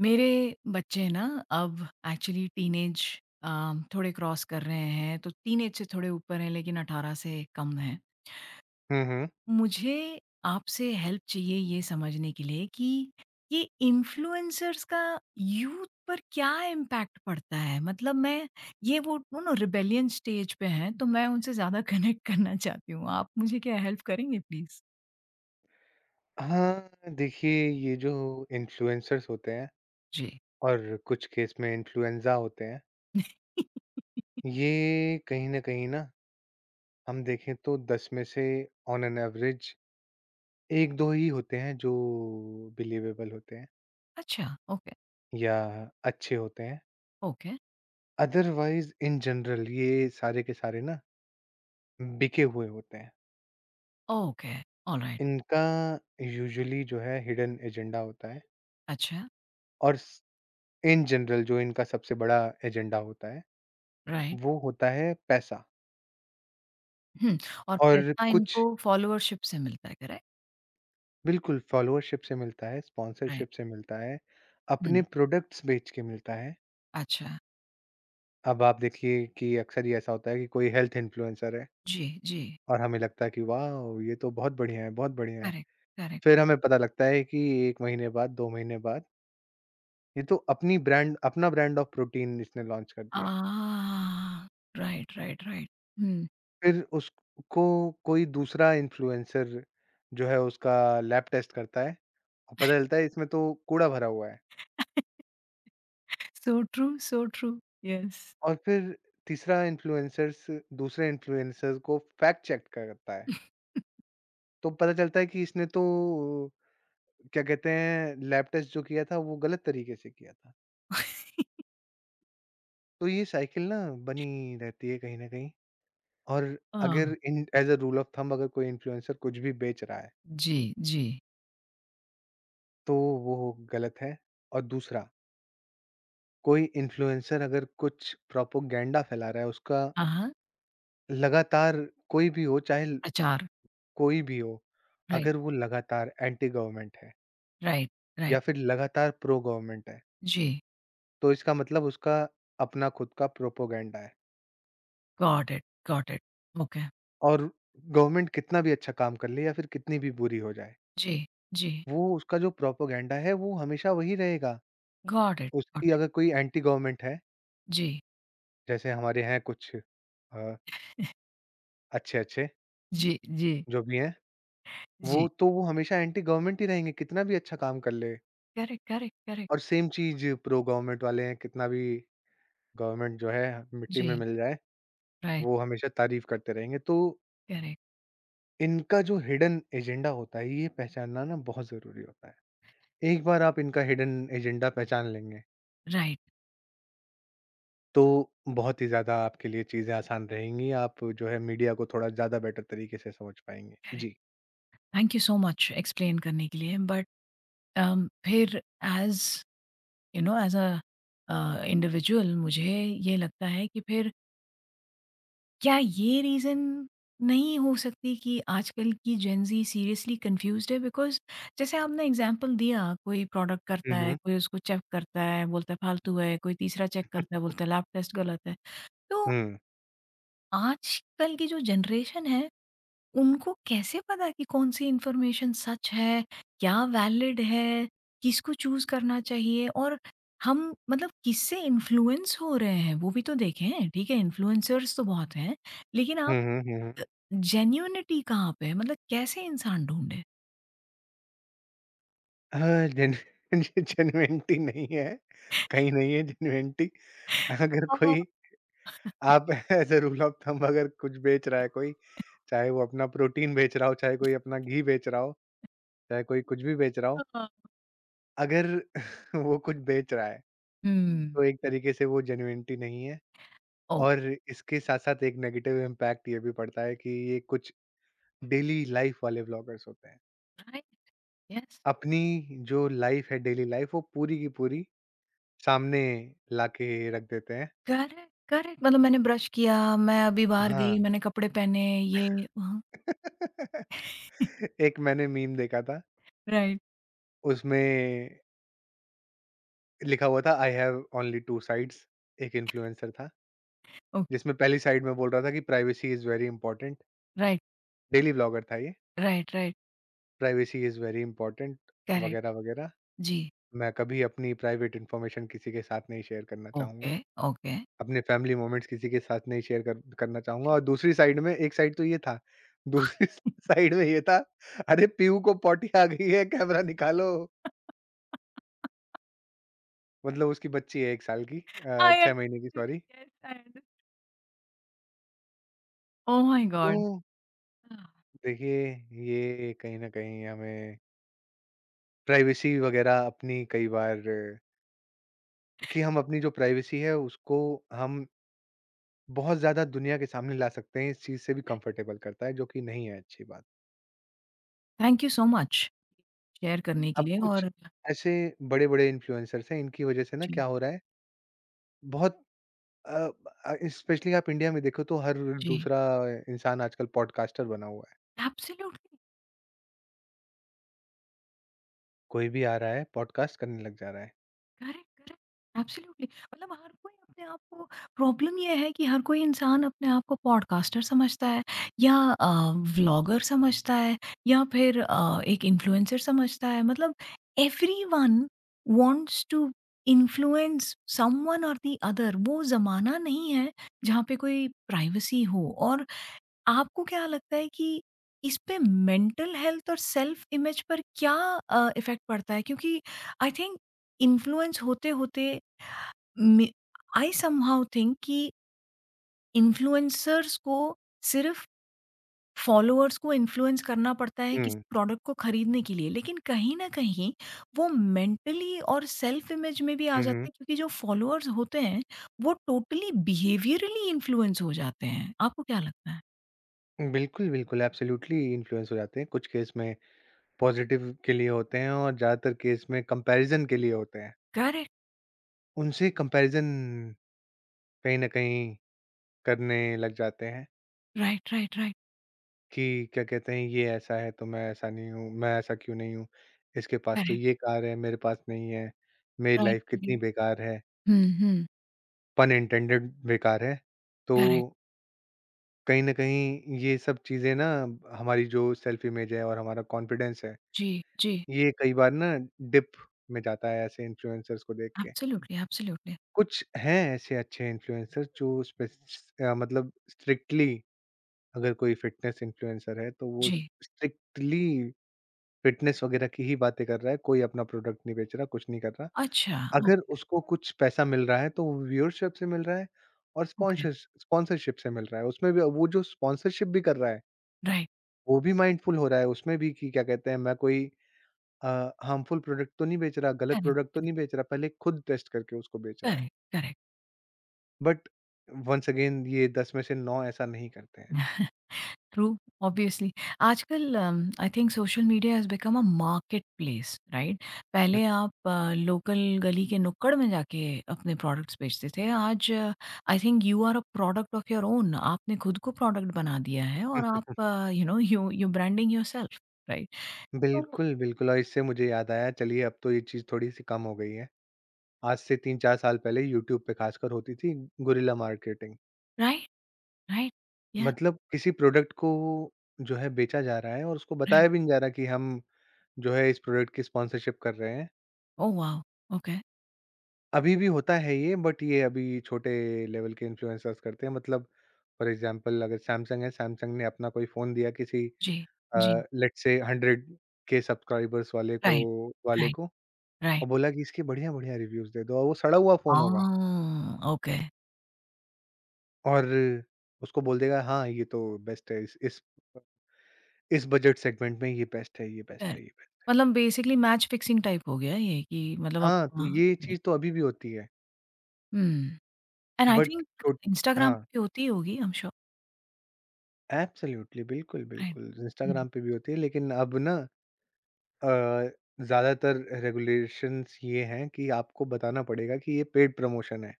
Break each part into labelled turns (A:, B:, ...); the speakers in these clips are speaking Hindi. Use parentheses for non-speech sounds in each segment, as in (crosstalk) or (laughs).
A: मेरे बच्चे ना अब एक्चुअली टीनेज थोड़े क्रॉस कर रहे हैं तो टीनेज से थोड़े ऊपर हैं लेकिन 18 से कम हैं।
B: हुँ, हुँ।
A: मुझे आपसे हेल्प चाहिए ये समझने के लिए कि ये इन्फ्लुएंसर्स का यूथ पर क्या इम्पैक्ट पड़ता है मतलब मैं ये वो ना रिबेलियन स्टेज पे हैं तो मैं उनसे ज़्यादा कनेक्ट करना चाहती हूँ। आप मुझे क्या हेल्प करेंगे प्लीज़?
B: हाँ, देखिए ये जो इन्फ्लुएंसर्स होते हैं
A: जी।
B: और कुछ केस में इन्फ्लुएंज़ा होते हैं,
A: (laughs)
B: ये कहीं न कहीं ना हम देखें तो 10 में से ऑन एन एवरेज 1-2 ही होते हैं जो बिलीवेबल होते हैं
A: अच्छा, ओके,
B: या अच्छे होते हैं।
A: ओके,
B: अदरवाइज़ इन जनरल ये सारे के सारे ना बिके हुए होते हैं।
A: Okay, alright.
B: इनका यूजुअली जो है हिडन एजेंडा होता है
A: अच्छा, राइट।
B: और स इन जनरल जो इनका सबसे बड़ा एजेंडा होता है,
A: अच्छा, right.
B: वो होता है पैसा।
A: हुँ, और
B: और
A: पैसा
B: कुछ
A: इनको फॉलोअरशिप से मिलता है, करेक्ट?
B: बिल्कुल फॉलोअरशिप से मिलता है,
A: राइट,
B: स्पॉन्सरशिप से मिलता है, अपने
A: हुँ,
B: प्रोडक्ट्स बेच के मिलता है।
A: अच्छा।
B: अब आप देखिए कि अक्सर ही ऐसा होता है कि कोई हेल्थ इन्फ्लुएंसर है
A: जी, जी,
B: और हमें लगता है कि वॉव! ये तो बहुत बढ़िया है, बहुत बढ़िया है।
A: Correct, correct.
B: फिर हमें पता लगता है कि 1 महीने बाद, 2 महीने बाद ये तो अपनी ब्रांड अपना ब्रांड ऑफ प्रोटीन इसने लॉन्च कर दिया है।
A: आह! Right, right, right. हुँ,
B: फिर उसको कोई दूसरा इन्फ्लुएंसर जो है उसका लैब टेस्ट करता है और पता चलता है इसमें तो कूड़ा भरा हुआ है।
A: So true, yes.
B: और फिर तीसरा इन्फ्लुएंसर्स दूसरे इन्फ्लुएंसर्स को फैक्ट चेक करता है। तो पता चलता है कि इसने तो क्या कहते हैं लैब टेस्ट जो किया था वो गलत तरीके से किया था। तो ये साइकिल ना बनी रहती है कहीं न कहीं और
A: अ,
B: अगर इन as a rule of thumb अगर कोई इन्फ्लुएंसर कुछ भी बेच रहा है,
A: जी, जी।
B: तो वो गलत है। और दूसरा कोई इन्फ्लुएंसर अगर कुछ प्रोपेगेंडा फैला रहा है उसका
A: हाँ, हाँ,
B: लगातार कोई भी हो, चाहे
A: प्रचार,
B: कोई भी हो,
A: राइट,
B: अगर वो लगातार एंटी गवर्नमेंट है
A: राइट,
B: या
A: राइट।
B: फिर लगातार प्रो गवर्नमेंट है,
A: जी,
B: तो इसका मतलब उसका अपना खुद का प्रोपेगेंडा है।
A: Got it, okay.
B: और गवर्नमेंट कितना भी अच्छा काम कर ले या फिर कितनी भी बुरी हो जाए,
A: जी, जी,
B: वो उसका जो प्रोपेगेंडा है वो हमेशा वही रहेगा।
A: गॉट इट,
B: उसकी
A: गॉट इट।
B: अगर कोई एंटी गवर्नमेंट है,
A: जी,
B: जैसे हमारे हैं कुछ अ, अच्छे-अच्छे
A: जी, जी,
B: जो भी हैं, वो
A: जी।
B: तो वो हमेशा एंटी गवर्नमेंट ही रहेंगे कितना भी अच्छा काम कर ले।
A: Correct, correct, correct.
B: और सेम चीज़ प्रो गवर्नमेंट वाले हैं, कितना भी गवर्नमेंट जो है मिट्टी में
A: जी,
B: मिल जाए,
A: राइट,
B: वो हमेशा तारीफ़ करते रहेंगे। तो
A: करेक्ट,
B: इनका जो हिडन एजेंडा होता है, ये पहचानना ना बहुत ज़रूरी होता है। एक बार आप इनका हिडन एजेंडा पहचान लेंगे,
A: राइट,
B: तो बहुत ही ज़्यादा आपके लिए चीज़ें आसान रहेंगी। आप जो है मीडिया को थोड़ा ज़्यादा बेटर तरीके से समझ पाएँगे। जी।
A: Correct. Thank you so much explain करने के लिए बट फिर as you know as individual मुझे ये लगता है कि फिर क्या ये रीज़न नहीं हो सकती कि आजकल की जेन ज़ी सीरियसली कन्फ्यूज़्ड है? बिकॉज़ जैसे आपने एग्ज़ाम्पल दिया कोई प्रोडक्ट करता
B: हुँ,
A: है,
B: हुँ।
A: कोई उसको चेक करता है, बोलता है फालतू है, कोई तीसरा चेक करता है, बोलता है लैब टेस्ट गलत है। तो
B: हुँ।
A: आजकल की जो जनरेशन है उनको कैसे पता कि कौन-सी इन्फॉर्मेशन सच है, क्या वैलिड है, किसको चूज़ करना चाहिए और हम मतलब किससे इन्फ्लुएंस हो रहे हैं, वो भी तो देखें। ठीक है, इन्फ्लुएंसर्स तो बहुत हैं, लेकिन
B: हुँ,
A: आप
B: हुँ, हुँ, हुँ।
A: जेन्युइनिटी कहाँ पे है? मतलब कैसे इंसान ढूँढे?
B: हाँ, जेन (laughs) जेनुइनिटी नहीं है, कहीं नहीं है जेनुइनिटी। अगर
A: हाँ,
B: कोई आप (laughs) as a rule of thumb अगर कुछ बेच रहा है कोई, चाहे वो अपना प्रोटीन बेच रहा हो, चाहे कोई अपना घी बेच रहा हो, चाहे कोई कुछ भी बेच रहा हो
A: हाँ।
B: अगर (laughs) वो कुछ बेच रहा है,
A: हुँ।
B: तो एक तरीके से वो जेन्युइनिटी नहीं है
A: ओह!
B: और इसके साथ-साथ एक नेगेटिव इम्पैक्ट ये भी पड़ता है कि ये कुछ डेली लाइफ़ वाले व्लॉगर्स होते हैं।
A: राइट, यस,
B: अपनी जो लाइफ़ है डेली लाइफ़ वो पूरी की पूरी सामने लाके रख देते हैं।
A: करेक्ट, करेक्ट मतलब मैंने ब्रश किया, मैं अभी बाहर
B: हाँ।
A: गई, मैंने कपड़े पहने, ये, वहाँ।
B: (laughs)
A: (laughs)
B: एक मैंने मीम देखा था,
A: राइट,
B: उसमें लिखा हुआ था आई हैव ओनली 2 साइड्स, एक इन्फ्लुएंसर था,
A: ओह!
B: जिसमें पहली साइड में बोल रहा था कि privacy is very important,
A: right,
B: daily vlogger था ये।
A: Right, right,
B: privacy is very important
A: correct,
B: वगैरह, वगैरह।
A: जी।
B: मैं कभी अपनी प्राइवेट इन्फॉर्मेशन किसी के साथ नहीं शेयर करना चाहूँगा।
A: ఓకే. ఓకే.
B: अपने फैमिली मोमेंट्स किसी के साथ नहीं शेयर कर करना चाहूँगा और दूसरी साइड में एक साइड तो ये था, दूसरी (laughs)
A: (laughs)
B: साइड में ये था, अरे पीहू को पॉटी आ गई है, कैमरा निकालो। मतलब उसकी बच्ची है 1 साल की
A: I
B: 6 महीने की
A: understood.
B: Sorry.
A: Yes, I understood. Oh my
B: तो
A: गॉड!
B: देखिए, ये कहीं न कहीं हमें प्राइवेसी वगैरह अपनी कई बार कि हम अपनी जो प्राइवेसी है उसको हम बहुत ज़्यादा दुनिया के सामने ला सकते हैं, इस चीज़ से भी
A: Thank
B: कंफर्टेबल करता है, जो कि नहीं है अच्छी बात।
A: Thank you so much share करने के
B: अब
A: लिए
B: कुछ
A: और
B: ऐसे बड़े-बड़े इन्फ्लुएंसर्स हैं, इनकी वजह से ना
A: जी,
B: क्या हो रहा है, बहुत अ, स्पेशली आप इंडिया में देखो तो हर
A: जी।
B: दूसरा इंसान आजकल पॉडकास्टर बना हुआ है।
A: Absolutely.
B: कोई भी आ रहा है, पॉडकास्ट करने लग जा रहा है।
A: Correct, correct, absolutely. मतलब हर कोई अपने आप को, प्रॉब्लम यह है कि हर कोई इंसान अपने आप को पॉडकास्टर समझता है या व्लॉगर समझता है या फिर एक इन्फ्लुएंसर समझता है। मतलब everyone wants to influence someone और दी अदर। वो जमाना नहीं है जहाँ पे कोई प्राइवेसी हो। और आपको क्या लगता है कि इस पे मेंटल हेल्थ और सेल्फ इमेज पर क्या इफ़ेक्ट पड़ता है? क्योंकि आई थिंक इन्फ्लुएंस होते-होते मे आई समहाउ थिंक कि इन्फ्लुएंसर्स को सिर्फ़ फॉलोअर्स को इन्फ्लुएंस करना पड़ता है किसी
B: हुँ,
A: प्रोडक्ट को खरीदने के लिए। लेकिन कहीं न कहीं वो मेंटली और सेल्फ इमेज में भी आ
B: हुँ,
A: जाता
B: हुँ।
A: है, क्योंकि जो फॉलोअर्स होते हैं, वो टोटली बिहेवियरली इन्फ्लुएंस हो जाते हैं। आपको क्या लगता है?
B: बिल्कुल, बिल्कुल, एब्सोल्युटली इन्फ्लुएंस हो जाते हैं। कुछ केस में पॉज़िटिव के लिए होते हैं और ज़्यादातर केस में कंपैरिज़न के लिए होते हैं।
A: करेक्ट।
B: उनसे कंपैरिज़न कहीं न कहीं करने लग जाते हैं।
A: Right, right, right.
B: कि क्या कहते हैं ये ऐसा है तो मैं ऐसा नहीं हूँ, मैं ऐसा क्यों नहीं हूँ, इसके पास तो
A: करेक्ट।
B: ये कार है, मेरे पास नहीं है, मेरी
A: राइट,
B: लाइफ कितनी
A: राइट।
B: बेकार है,
A: हुँ, हुँ।
B: पन इंटेंडेड बेकार है। तो
A: करेक्ट।
B: कहीं न कहीं ये सब चीज़ें ना हमारी जो सेल्फ इमेज है और हमारा कॉन्फिडेंस है,
A: जी, जी।
B: ये कई बार ना डिप में जाता है ऐसे इन्फ्लुएंसर्स को देख के।
A: Absolutely, absolutely.
B: कुछ हैं ऐसे अच्छे इन्फ्लुएंसर्स जो स्पेस मतलब स्ट्रिक्टली अगर कोई फिटनेस इन्फ्लुएंसर है तो वो
A: जी।
B: स्ट्रिक्टली फ़िटनेस वगैरह की ही बातें कर रहा है, कोई अपना प्रोडक्ट नहीं बेच रहा, कुछ नहीं कर रहा।
A: अच्छा,
B: अगर
A: ओके,
B: उसको कुछ पैसा मिल रहा है, तो वो व्यूअरशिप से मिल रहा है और
A: ओके।
B: स्पॉन्शर्स स्पॉन्सरशिप से मिल रहा है। उसमें भी वो जो स्पॉन्सरशिप भी कर रहा है,
A: राइट,
B: वो भी माइंडफुल हो रहा है उसमें भी कि क्या कहते हैं, मैं कोई अ, हार्मफुल प्रोडक्ट तो नहीं बेच रहा, गलत
A: करेक्ट,
B: प्रोडक्ट तो
A: करेक्ट,
B: नहीं बेच रहा, पहले खुद टेस्ट करके उसको बेच रहा है।
A: Correct, correct.
B: But once again ये 10 में से 9 ऐसा नहीं करते हैं।
A: True, obviously. (laughs) आजकल I think social media has become a market place, right? पहले आप लोकल गली के नुक्कड़ में जाके अपने प्रोडक्ट्स बेचते थे। आज I think you are a product of your own. आपने खुद को प्रोडक्ट बना दिया है और
B: (laughs)
A: आप you know, you you branding yourself, right? तो
B: बिल्कुल, बिल्कुल और इससे मुझे याद आया, चलिए अब तो ये चीज़ थोड़ी-सी कम हो गई है। आज से 3-4 साल पहले यूट्यूब पे खासकर होती थी गुरिल्ला मार्केटिंग।
A: Right, right. या।
B: मतलब किसी प्रोडक्ट को जो है बेचा जा रहा है और उसको
A: राइट।
B: बताया भी नहीं जा रहा कि हम जो है इस प्रोडक्ट की स्पॉन्सरशिप कर रहे हैं।
A: Oh wow! ओके।
B: अभी भी होता है ये बट ये अभी छोटे लेवल के इन्फ्लुएंसर्स करते हैं। मतलब फॉर एग्ज़ाम्पल अगर सैमसंग है, सैमसंग ने अपना कोई फ़ोन दिया किसी
A: जी,
B: अ,
A: जी।
B: लेट्स से 100 के सब्सक्राइबर्स वाले को
A: राइट,
B: वाले
A: राइट,
B: को
A: राइट।
B: और बोला कि इसके बढ़िया-बढ़िया रिव्यूज़ दे दो और वो सड़ा हुआ फ़ोन होगा।
A: ओह! ओके।
B: और उसको बोल देगा हाँ, ये तो बेस्ट है इस बजट सेगमेंट में ये बेस्ट है, ये बेस्ट है,
A: करेक्ट।
B: ये बेस्ट
A: मतलब बेसिकली मैच फिक्सिंग टाइप हो गया ये। कि मतलब आप,
B: हाँ, तो
A: हाँ,
B: ये
A: राइट।
B: चीज़ तो अभी भी होती है
A: हुँ। एंड आई
B: बट
A: थिंक
B: छोट
A: इंस्टाग्राम
B: हाँ,
A: पे होती ही होगी, आई एम श्योर,
B: एब्सोल्यूटली बिल्कुल,
A: राइट?
B: बिल्कुल
A: हुँ,
B: इंस्टाग्राम पे भी होती है लेकिन अब ना अ, ज़्यादातर रेगुलेशंस ये हैं कि आपको बताना पड़ेगा कि ये पेड प्रमोशन है।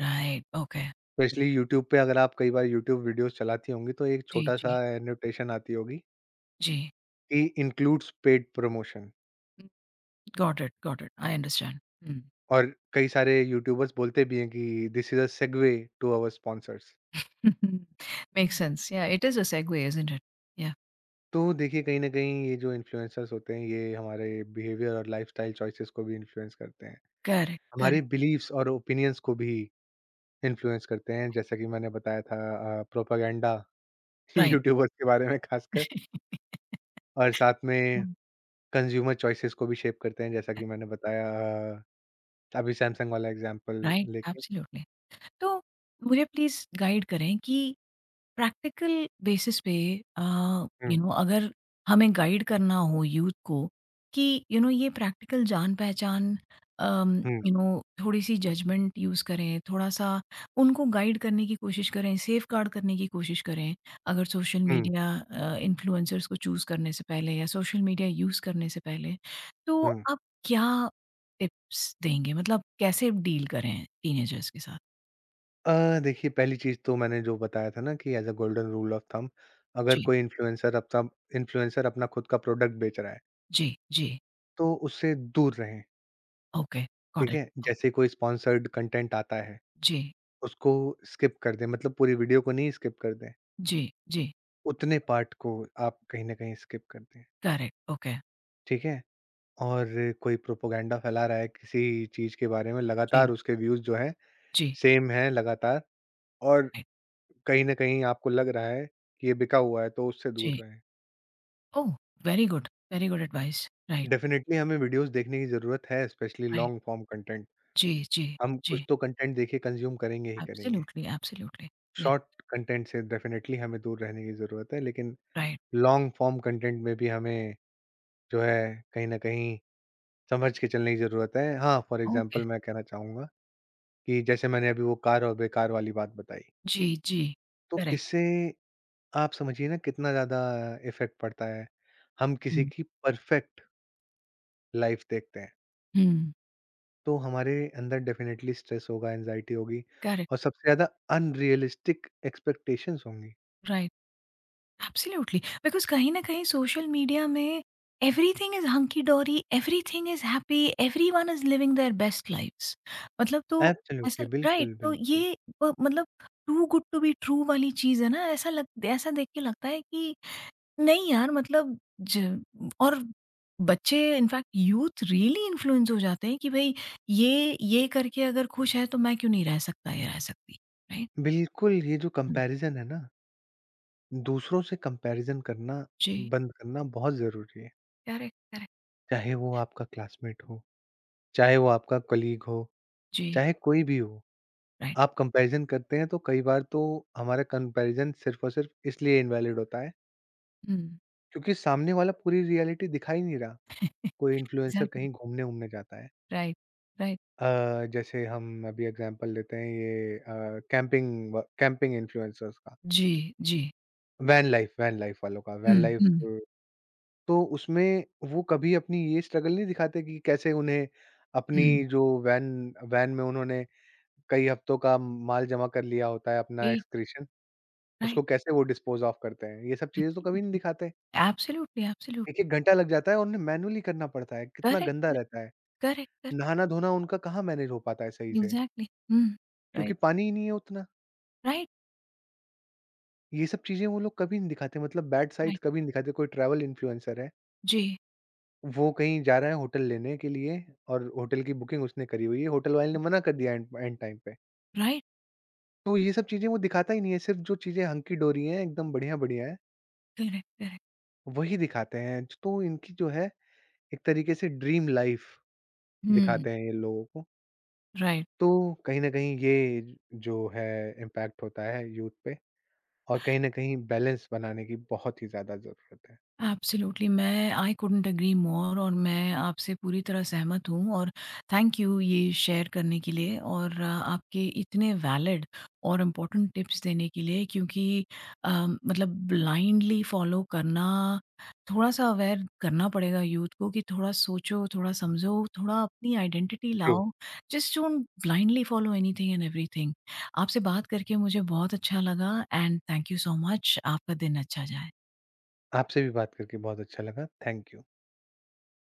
A: Right, okay.
B: स्पेशली यूट्यूब पे अगर आप कई बार यूट्यूब वीडियोज़ चलाती होंगी तो एक
A: जी,
B: छोटा-सा
A: जी,
B: एनोटेशन आती होगी
A: जी।
B: कि includes paid promotion.
A: Got it, got it. I understand. हुँ।
B: और कई सारे यूट्यूबर्स बोलते भी हैं कि this is a segue to our sponsors.
A: Makes sense. Yeah, it is a segue, isn't it? Yeah,
B: तो देखिए कहीं ना कहीं ये जो इन्फ्लुएंसर्स होते हैं ये हमारे बिहेवियर और लाइफस्टाइल चॉइसेस को भी इन्फ्लुएंस करते हैं
A: करेक्ट,
B: हमारे
A: करेक्ट,
B: बिलीव्स और ओपिनियंस को भी इन्फ्लुएंस करते हैं जैसा कि मैंने बताया था प्रोपागेंडा
A: राइट।
B: यूट्यूबर्स (laughs) के बारे में खासकर और साथ
A: हुँ,
B: में कंज्यूमर चॉइसेस को भी शेप करते हैं जैसा कि मैंने बताया अ, अभी सैमसंग वाला एग्जांपल
A: राइट,
B: लेके।
A: एब्सोल्युटली। (laughs) तो मुझे प्लीज़ गाइड करें कि प्रैक्टिकल बेसिस पे यू
B: हम्म।
A: नो अगर हमें गाइड करना हो यूथ को कि यू नो ये प्रैक्टिकल जान पहचान,
B: हम्म।
A: यू नो थोड़ी सी जजमेंट यूज़ करें, थोड़ा सा उनको गाइड करने की कोशिश करें, सेफ गार्ड करने की कोशिश करें, अगर सोशल
B: हम्म।
A: मीडिया इन्फ्लुएंसर्स को चूज़ करने से पहले या सोशल मीडिया यूज़ करने से पहले, तो
B: हम्म।
A: आप क्या टिप्स देंगे मतलब कैसे डील करें टीनेजर्स के साथ।
B: देखिए पहली चीज़ तो मैंने जो बताया था ना कि as a golden rule of thumb अगर
A: जी,
B: कोई इन्फ्लुएंसर अपना खुद का प्रोडक्ट बेच रहा है,
A: J, J,
B: तो उससे दूर रहें,
A: okay, got
B: ठीक
A: it.
B: है? जैसे ही कोई स्पॉन्सर्ड कंटेंट आता है,
A: J,
B: उसको स्किप कर दें मतलब पूरी वीडियो को नहीं स्किप कर दें,
A: J, J,
B: उतने पार्ट को आप कहीं न कहीं स्किप कर दें,
A: correct, okay.
B: ठीक है? और कोई प्रोपेगेंडा फैला रहा है किसी चीज़ के बारे में लगातार
A: J,
B: उसके व्यूज़ जो हैं,
A: J,
B: सेम हैं लगातार और
A: right.
B: कहीं न कहीं आपको लग रहा है कि ये बिका हुआ है, तो उससे दूर
A: J,
B: रहें।
A: oh, very good, very good advice, right.
B: Definitely हमें वीडियोज़ देखने की ज़रूरत है, specially
A: Right,
B: long form content.
A: J, J,
B: हम कुछ
A: J,
B: तो कंटेंट देखिए कंज़्यूम करेंगे ही करेंगे।
A: absolutely, absolutely, yes.
B: Short content से डेफ़िनेटली हमें दूर रहने की ज़रूरत है, लेकिन
A: Right,
B: लॉन्ग फॉर्म कंटेंट में भी हमें जो है कहीं न कहीं समझ के चलने की ज़रूरत है। हाँ, फॉर एग्ज़ाम्पल
A: okay,
B: मैं कहना चाहूँगा कि जैसे मैंने अभी वो कार और बेकार वाली बात बताई,
A: J, J,
B: तो
A: correct,
B: इससे आप समझिए ना कितना ज़्यादा इफ़ेक्ट पड़ता है। हम किसी
A: hmm.
B: की परफ़ेक्ट लाइफ़ देखते हैं।
A: Hmm,
B: तो हमारे अंदर डेफ़िनेटली स्ट्रेस होगा, एंग्ज़ायटी होगी
A: correct,
B: और सबसे ज़्यादा अनरियलिस्टिक एक्सपेक्टेशंस होंगी।
A: right. Absolutely, because कहीं न कहीं सोशल मीडिया में everything is hunky dory, everything is happy, everyone is living their best lives मतलब। तो
B: एब्सोल्युटली,
A: ऐसा, राइट?
B: बिल्कुल,
A: तो
B: बिल्कुल।
A: ये मतलब too good to be true वाली चीज़ है ना, ऐसा लग, ऐसा देख के लगता है कि नहीं यार मतलब ज और बच्चे इनफैक्ट यूथ रियली इन्फ्लुएंस हो जाते हैं कि भई ये ये करके अगर खुश है तो मैं क्यों नहीं रह सकता या रह सकती, राइट?
B: बिल्कुल, ये जो
A: हुँ,
B: कंपैरिज़न है ना, दूसरों से कंपैरिज़न करना
A: जी,
B: बंद करना बहुत ज़रूरी है।
A: Correct, correct.
B: चाहे वो आपका क्लासमेट हो, चाहे वो आपका कलीग हो,
A: जी,
B: चाहे कोई भी हो।
A: राइट।
B: आप कंपैरिज़न करते हैं तो कई बार तो हमारा कंपैरिज़न सिर्फ़ और सिर्फ़ इसलिए इनवैलिड होता है,
A: हुँ।
B: क्योंकि सामने वाला पूरी रियलिटी दिखा ही नहीं रहा। कोई इन्फ्लुएंसर
A: एग्ज़ैक्टली,
B: कहीं घूमने-वूमने जाता है।
A: Right, right.
B: जैसे हम अभी एग्जांपल लेते हैं ये कैंपिंग इन्फ्लुएंसर्स का,
A: जी, जी।
B: वैन लाइफ वालों का, वैन
A: हुँ,
B: लाइफ
A: हुँ,
B: तो उसमें वो कभी अपनी ये स्ट्रगल नहीं दिखाते कि कैसे उन्हें अपनी
A: हुँ।
B: जो वैन वैन में उन्होंने कई हफ्तों का माल जमा कर लिया होता है अपना
A: ए,
B: एक्सक्रीशन,
A: राइट,
B: उसको कैसे वो डिस्पोज़ ऑफ करते हैं, ये सब चीज़ें तो कभी नहीं
A: एब्सोल्यूटली,
B: दिखाते।
A: Absolutely,
B: 1-1
A: absolutely.
B: घंटा लग जाता है और उन्हें मैनुअली करना पड़ता है, कितना
A: करेक्ट,
B: गंदा
A: करेक्ट,
B: रहता है।
A: करेक्ट, करेक्ट,
B: नहाना-धोना उनका कहाँ मैनेज हो पाता है सही से,
A: एग्ज़ैक्टली। हुँ,
B: क्योंकि
A: राइट,
B: पानी ही नहीं है उतना।
A: राइट,
B: ये सब चीज़ें वो लोग कभी नहीं दिखाते मतलब बैड साइड्स
A: राइट।
B: कभी नहीं दिखाते। कोई ट्रैवल इन्फ्लुएंसर है,
A: जी,
B: वो कहीं जा रहा है होटल लेने के लिए और होटल की बुकिंग उसने करी हुई है, होटल वाले ने मना कर दिया एंड एंड टाइम पे।
A: राइट,
B: तो ये सब चीज़ें वो दिखाता ही नहीं है, सिर्फ़ जो चीज़ें हंकी डोरी हैं, एकदम बढ़िया-बढ़िया हैं,
A: करेक्ट, करेक्ट।
B: वही दिखाते हैं। तो इनकी जो है एक तरीके से ड्रीम लाइफ़
A: हुँ,
B: दिखाते हैं ये लोगों को।
A: राइट।
B: तो कहीं न कहीं ये जो है इम्पैक्ट होता है यूथ पे और कहीं न कहीं बैलेंस बनाने की बहुत ही ज़्यादा ज़रूरत है।
A: एब्सोल्युटली मैं, आई कुडन्ट एग्री मोर और मैं आपसे पूरी तरह सहमत हूँ। और थैंक यू ये शेयर करने के लिए और आपके इतने वैलिड और इम्पोर्टेंट टिप्स देने के लिए, क्योंकि मतलब ब्लाइंडली फॉलो करना, थोड़ा सा अवेयर करना पड़ेगा यूथ को कि थोड़ा सोचो, थोड़ा समझो, थोड़ा अपनी आइडेंटिटी
B: ट्रू।
A: लाओ। Just don't blindly follow anything and everything. आपसे बात करके मुझे बहुत अच्छा लगा and thank you so much. आपका दिन अच्छा जाए।
B: आपसे भी बात करके बहुत अच्छा लगा। Thank you.